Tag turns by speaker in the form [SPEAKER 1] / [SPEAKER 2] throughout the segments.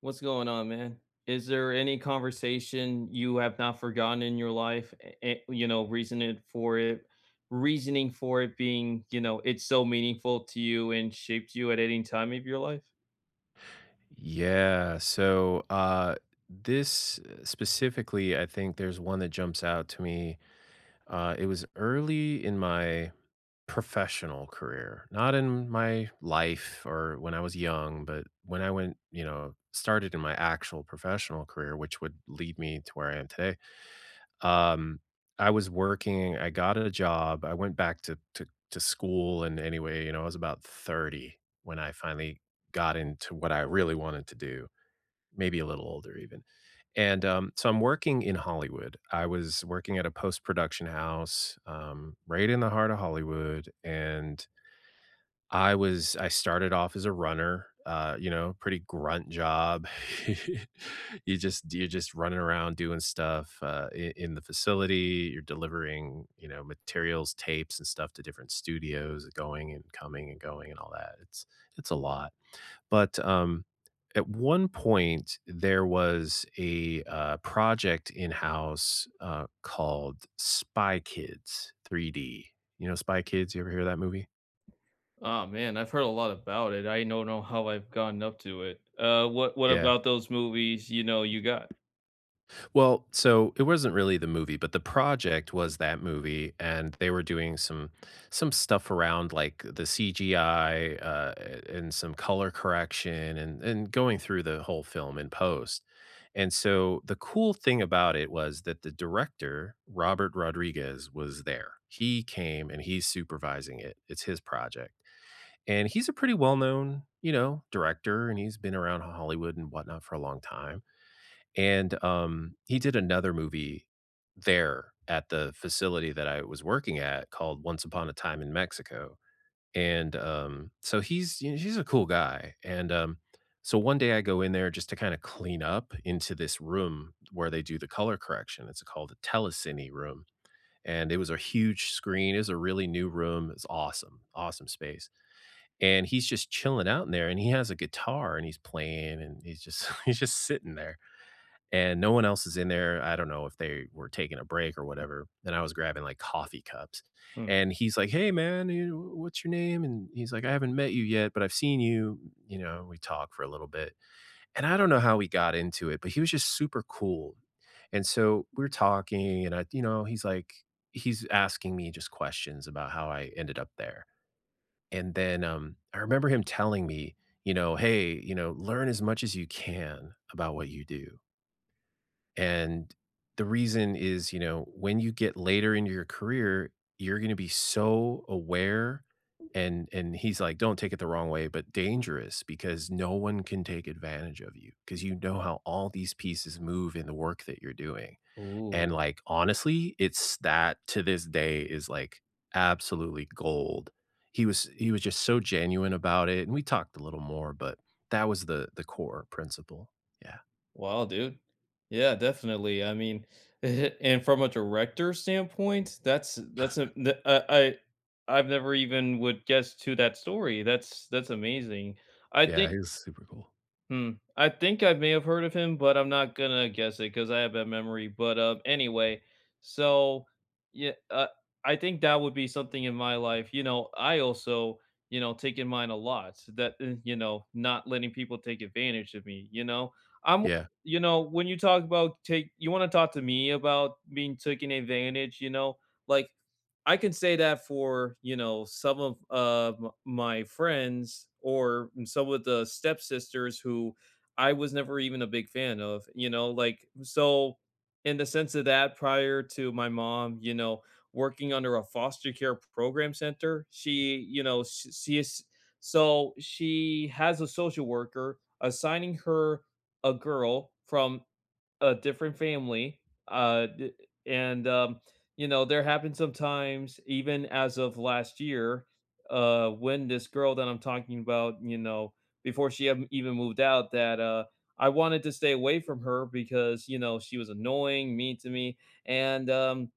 [SPEAKER 1] What's going on, man? Is there any conversation you have not forgotten in your life? You know, reasoning for it being, you know, it's so meaningful to you and shaped you at any time of your life?
[SPEAKER 2] Yeah. This specifically, I think there's one that jumps out to me. It was early in my professional career, not in my life or when I was young, but when I went, you know, started in my actual professional career, which would lead me to where I am today. Um, I was working. I got a job. I went back to school, and anyway, you know, I was about 30 when I finally got into what I really wanted to do, maybe a little older even. And so I'm working in Hollywood. I was working at a post-production house, right in the heart of Hollywood, and I started off as a runner, you know, pretty grunt job. You're just running around doing stuff, I in the facility, you're delivering, you know, materials, tapes, and stuff to different studios, going and coming and going and all that. It's a lot. But at one point, there was a project in-house, called Spy Kids 3D. You know Spy Kids? You ever hear of that movie?
[SPEAKER 1] Oh man, I've heard a lot about it. I don't know how I've gotten up to it. What
[SPEAKER 2] Yeah.
[SPEAKER 1] about those movies? You know, you got.
[SPEAKER 2] Well, so it wasn't really the movie, but the project was that movie, and they were doing some stuff around like the CGI, and some color correction, and going through the whole film in post. And so the cool thing about it was that the director Robert Rodriguez was there. He came and he's supervising it. It's his project, and he's a pretty well known, you know, director, and he's been around Hollywood and whatnot for a long time, and he did another movie there at the facility that I was working at called Once Upon a Time in Mexico. And so he's, you know, he's a cool guy. And so one day I go in there just to kinda clean up into this room where they do the color correction. It's called a telecine room, and it was a huge screen. It was a really new room. It's awesome, awesome space. And he's just chilling out in there, and he has a guitar, and he's playing, and he's just he's just sitting there and no one else is in there. I don't know if they were taking a break or whatever. And I was grabbing like coffee cups.
[SPEAKER 1] Hmm.
[SPEAKER 2] And he's like, "Hey, man, you know, what's your name?" And he's like, "I haven't met you yet, but I've seen you." You know, we talked for a little bit. And I don't know how we got into it, but he was just super cool. And so we're talking, and I, you know, he's like, he's asking me just questions about how I ended up there. And then I remember him telling me, you know, "Hey, you know, learn as much as you can about what you do, and the reason is, you know, when you get later into your career, you're going to be so aware," and he's like, "Don't take it the wrong way, but dangerous, because no one can take advantage of you because you know how all these pieces move in the work that you're doing." And
[SPEAKER 1] Ooh.
[SPEAKER 2] like honestly, it's that to this day is like absolutely gold. He was just so genuine about it, and we talked a little more, but that was the core principle. Yeah.
[SPEAKER 1] Wow, dude. Yeah, definitely. I mean, and from a director standpoint, that's a I've never even would guess to that story. That's amazing. I
[SPEAKER 2] Yeah,
[SPEAKER 1] think.
[SPEAKER 2] he was super cool.
[SPEAKER 1] Hmm. I think I may have heard of him, but I'm not gonna guess it because I have bad memory. But Anyway, so yeah, I think that would be something in my life. You know, I also, you know, taking mine a lot, so that, you know, not letting people take advantage of me. You know, I'm.
[SPEAKER 2] Yeah.
[SPEAKER 1] You know, when you talk about take, you want to talk to me about being taken advantage. You know, like, I can say that for, you know, some of my friends, or some of the stepsisters who I was never even a big fan of, you know, like, so in the sense of that, prior to my mom, you know, working under a foster care program center, she, you know, she is, so she has a social worker assigning her a girl from a different family. D- and You know, there happened sometimes, even as of last year, when this girl that I'm talking about, you know, before even moved out, that I wanted to stay away from her because you know she was annoying, mean to me, and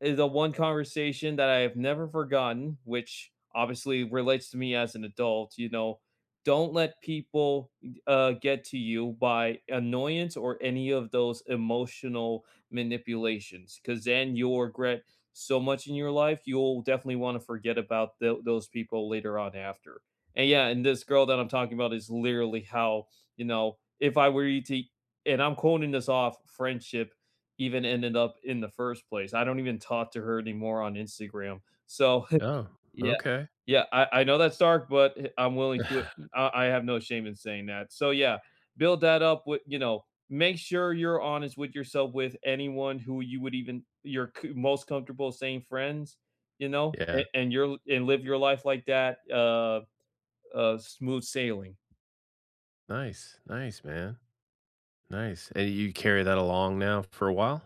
[SPEAKER 1] is the one conversation that I have never forgotten, which obviously relates to me as an adult. You know, don't let people get to you by annoyance or any of those emotional manipulations, because then you'll regret so much in your life. You'll definitely want to forget about those people later on after. And yeah, and this girl that I'm talking about is literally how, you know, if I were you to, and I'm quoting this off friendship even ended up in the first place. I don't even talk to her anymore on Instagram. So,
[SPEAKER 2] Oh,
[SPEAKER 1] yeah,
[SPEAKER 2] okay.
[SPEAKER 1] yeah, I know that's dark, but I'm willing to, mm, I have no shame in saying that. So, yeah, build that up with, you know, make sure you're honest with yourself with anyone who you would even you're c most comfortable saying friends, you know,
[SPEAKER 2] Yeah.
[SPEAKER 1] a and you're and live your life like that, smooth sailing.
[SPEAKER 2] Nice, nice, man. Nice. And you carry that along now for a while?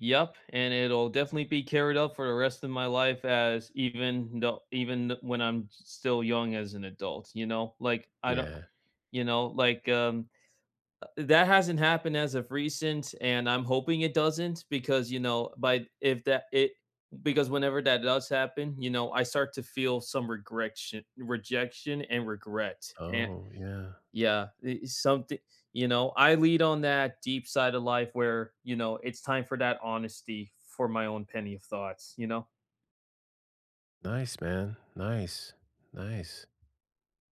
[SPEAKER 1] Yep, and it'll definitely be carried up for the rest of my life, as even though even when I'm still young as an adult, you know? Like I don't,
[SPEAKER 2] Yeah.
[SPEAKER 1] you know, like that hasn't happened as of recent and I'm hoping it doesn't because you know, by if that it, because whenever that does happen, you know, I start to feel some regression, rejection, and regret. And
[SPEAKER 2] Oh, yeah.
[SPEAKER 1] yeah, it's something, you know, I lead on that deep side of life where, you know, it's time for that honesty for my own penny of thoughts, you know?
[SPEAKER 2] Nice, man. Nice. Nice.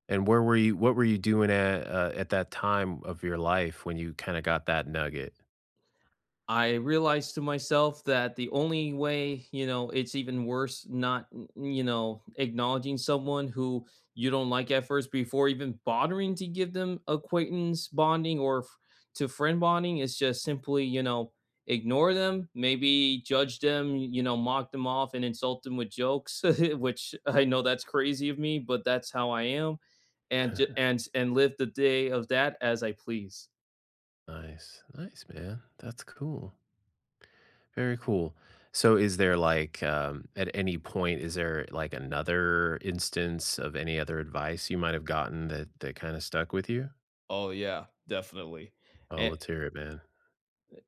[SPEAKER 2] And where were you, what were you doing at, at that time of your life when you kinda got that nugget?
[SPEAKER 1] I realized to myself that the only way, you know, it's even worse not, you know, acknowledging someone who you don't like at first before even bothering to give them acquaintance bonding or to friend bonding is just simply, you know, ignore them, maybe judge them, you know, mock them off and insult them with jokes, which I know that's crazy of me, but that's how I am. And and live the day of that as I please.
[SPEAKER 2] Nice. Nice, man. That's cool. Very cool. So is there like, at any point, is there like another instance of any other advice you might have gotten that kinda stuck with you?
[SPEAKER 1] Oh yeah, definitely.
[SPEAKER 2] Oh, let's hear it, man.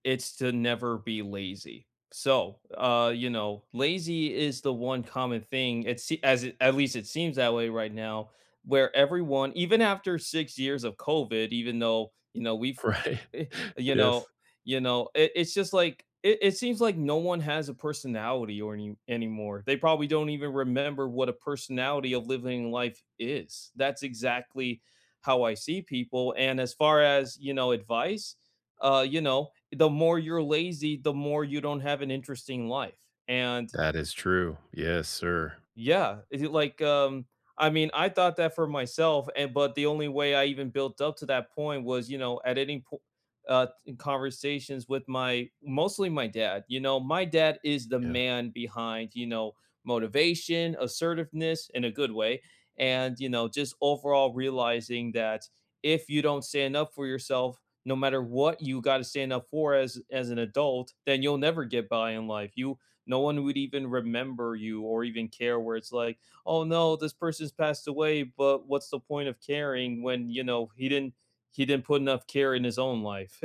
[SPEAKER 1] It's to never be lazy. So, you know, lazy is the one common thing. It's as it, at least it seems that way right now, where everyone, even after 6 years of COVID, even though you know we've,
[SPEAKER 2] Right.
[SPEAKER 1] eh, you know,
[SPEAKER 2] Yes.
[SPEAKER 1] you know, it's just like it seems like no one has a personality or any anymore. They probably don't even remember what a personality of living life is. That's exactly how I see people. And as far as you know, advice, you know the more you're lazy, the more you don't have an interesting life. And
[SPEAKER 2] That is true. Yes, sir.
[SPEAKER 1] yeah, is it like, I mean, I thought that for myself, and but the only way I even built up to that point was, you know, at in conversations with my mostly my dad. You know, my dad is the
[SPEAKER 2] Yeah.
[SPEAKER 1] man behind, you know, motivation, assertiveness in a good way, and you know, just overall realizing that if you don't stand up for yourself, no matter what you got to stand up for as an adult, then you'll never get by in life. You, no one would even remember you or even care, where it's like oh no, this person's passed away, but what's the point of caring when you know he didn't put enough care in his own life.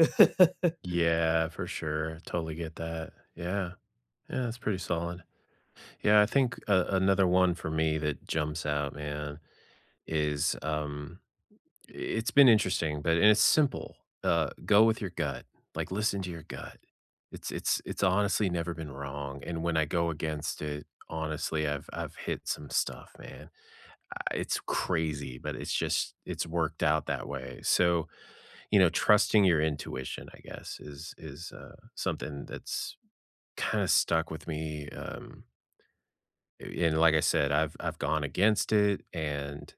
[SPEAKER 2] Yeah, for sure. Totally get that. Yeah. Yeah, that's pretty solid. Yeah, I think a another one for me that jumps out, man, is, it's been interesting, but and it's simple. Go with your gut. Like, listen to your gut. It's honestly never been wrong, and when I go against it, honestly, I've hit some stuff, man. I, it's crazy, but it's worked out that way. So, you know, trusting your intuition, I guess, is something that's kinda stuck with me, a and like I said, I've gone against it, and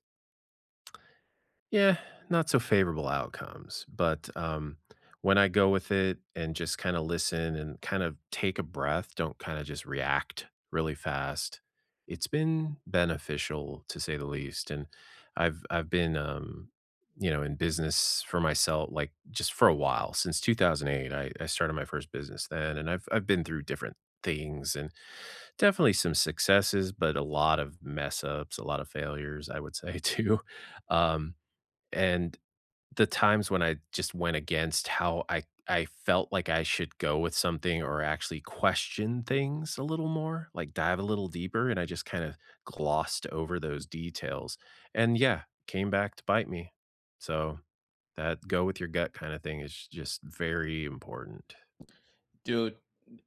[SPEAKER 2] yeah, not so favorable outcomes, but when I go with it and just kinda listen and kind of take a breath, don't kinda just react really fast, it's been beneficial to say the least, and I've I've been, um, you know, in business for myself, like, just for a while, since 2008. I started my first business then, and I've been through different things, and definitely some successes, but a lot of mess ups, a lot of failures, I would say, too, um and the times when I just went against how I felt like I should go with something or actually question things a little more, like dive a little deeper, and I just kind of glossed over those details. And yeah, came back to bite me. So that go with your gut kind of thing is just very important.
[SPEAKER 1] Dude,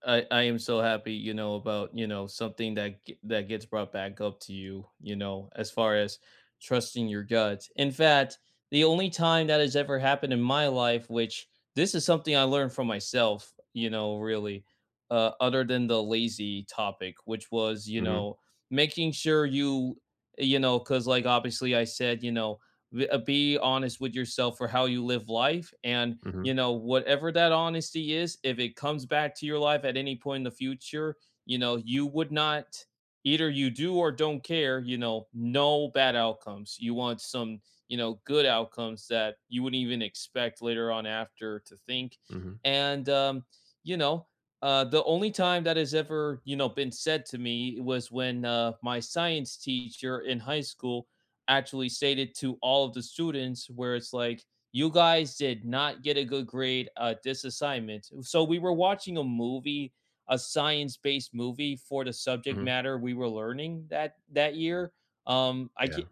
[SPEAKER 1] I am so happy, you know, about, you know, something that that gets brought back up to you, you know, as far as trusting your gut. In fact, the only time that has ever happened in my life, which this is something I learned from myself, you know, really, other than the lazy topic, which was, you
[SPEAKER 2] Mhm.
[SPEAKER 1] know, making sure you, you know, because like obviously I said, you know, be honest with yourself for how you live life and
[SPEAKER 2] Mhm.
[SPEAKER 1] you know, whatever that honesty is, if it comes back to your life at any point in the future, you know, you would not, either you do or don't care, you know, no bad outcomes. You want some, you know, good outcomes that you wouldn't even expect later on after to think.
[SPEAKER 2] Mhm.
[SPEAKER 1] And, um, you know, the only time that has ever, you know, been said to me was when my science teacher in high school actually stated to all of the students, where it's like, you guys did not get a good grade at this assignment. So we were watching a movie, a science-based movie for the subject
[SPEAKER 2] Mhm.
[SPEAKER 1] matter we were learning that that year. I
[SPEAKER 2] Yeah.
[SPEAKER 1] can,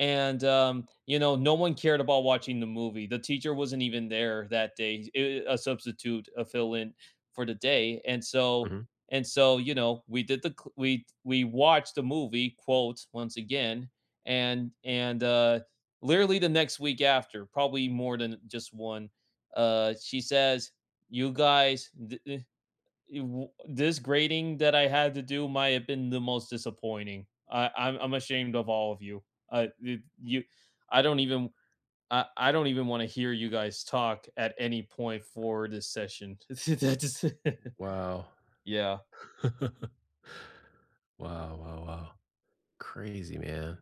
[SPEAKER 1] and, you know, no one cared about watching the movie. The teacher wasn't even there that day, a substitute, a fill-in for the day. And so,
[SPEAKER 2] Mhm.
[SPEAKER 1] and so, you know, we did the cl- we watched the movie, quote, once again, and literally the next week after, probably more than just one, she says, "You guys, it w this grading that I had to do might have been the most disappointing. I'm ashamed of all of you. It, you, I don't even I don't even want to hear you guys talk at any point for this session. That's
[SPEAKER 2] Wow.
[SPEAKER 1] yeah.
[SPEAKER 2] Wow, wow, wow. Crazy, man.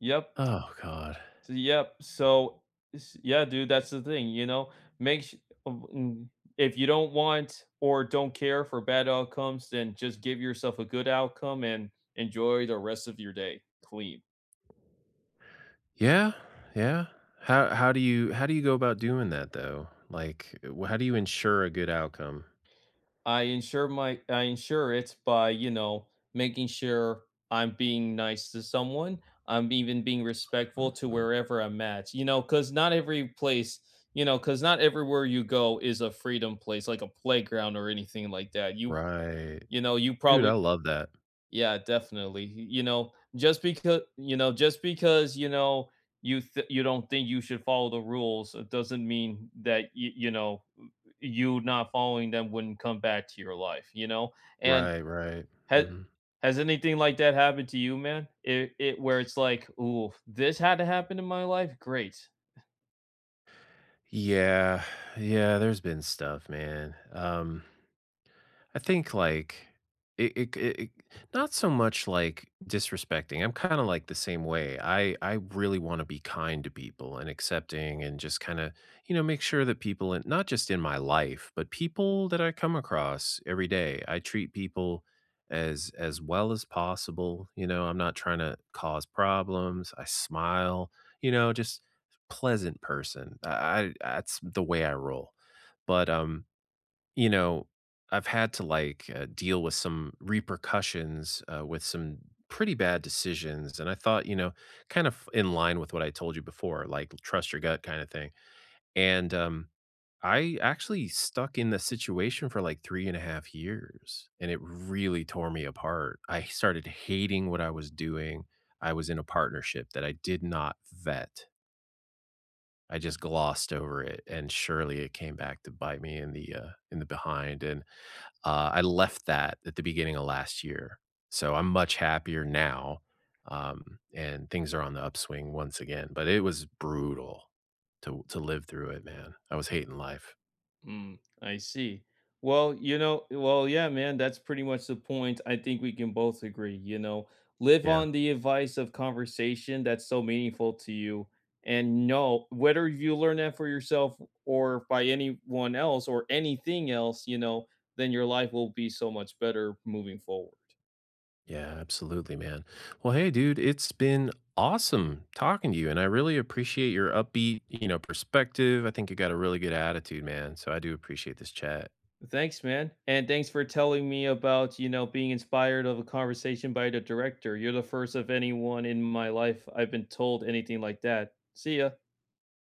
[SPEAKER 1] Yep.
[SPEAKER 2] Oh god.
[SPEAKER 1] So, yep. So yeah, dude, that's the thing, you know. Make of- mm, if you don't want or don't care for bad outcomes, then just give yourself a good outcome and enjoy the rest of your day clean.
[SPEAKER 2] Yeah, yeah. How do you, how do you go about doing that though? Like, w how do you ensure a good outcome?
[SPEAKER 1] I ensure it by, you know, making sure I'm being nice to someone. I'm even being respectful to
[SPEAKER 2] uh
[SPEAKER 1] wherever I'm at. You know, cuz not every place, you know, cuz not everywhere you go is a freedom place like a playground or anything like that. You
[SPEAKER 2] Right.
[SPEAKER 1] you know, you
[SPEAKER 2] Dude, I
[SPEAKER 1] probably,
[SPEAKER 2] love that.
[SPEAKER 1] yeah, definitely. You know, just because you know, just because you know you don't think you should follow the rules, it doesn't mean that you know, you not following them wouldn't come back to your life. You know, and
[SPEAKER 2] Right, right.
[SPEAKER 1] has
[SPEAKER 2] Mhm.
[SPEAKER 1] has anything like that happened to you, man? It where it's like, ooh, this had to happen in my life. Great.
[SPEAKER 2] Yeah, yeah, there's been stuff, man. I think like it- not so much like disrespecting. I'm kind of like the same way. I really want to be kind to people and accepting and just kind of, you know, make sure that people in, not just in my life, but people that I come across every day. I treat people as well as possible, you know, I'm not trying to cause problems. I smile, you know, just pleasant person. I, that's the way I roll. But you know, I've had to like, deal with some repercussions, with some pretty bad decisions. And I thought, you know, kind of in line with what I told you before, like trust your gut kind of thing. And I actually stuck in the situation for like three and a half years and it really tore me apart. I started hating what I was doing. I was in a partnership that I did not vet. I just glossed over it, and surely it came back to bite me in the, in the behind, and I left that at the beginning of last year, so I'm much happier now, and things are on the upswing once again, but it was brutal to live through it, man. I was hating life.
[SPEAKER 1] Mm, I see. Well, you know, well, yeah, man, that's pretty much the point. I think we can both agree, you know, live
[SPEAKER 2] Yeah.
[SPEAKER 1] on the advice of conversation that's so meaningful to you. And know whether you learn that for yourself or by anyone else or anything else, you know, then your life will be so much better moving forward.
[SPEAKER 2] Yeah, absolutely, man. Well, hey, dude, it's been awesome talking to you, and I really appreciate your upbeat, you know, perspective. I think you got a really good attitude, man, so I do appreciate this chat.
[SPEAKER 1] Thanks, man. And thanks for telling me about, you know, being inspired of a conversation by the director. You're the first of anyone in my life I've been told anything like that. See ya.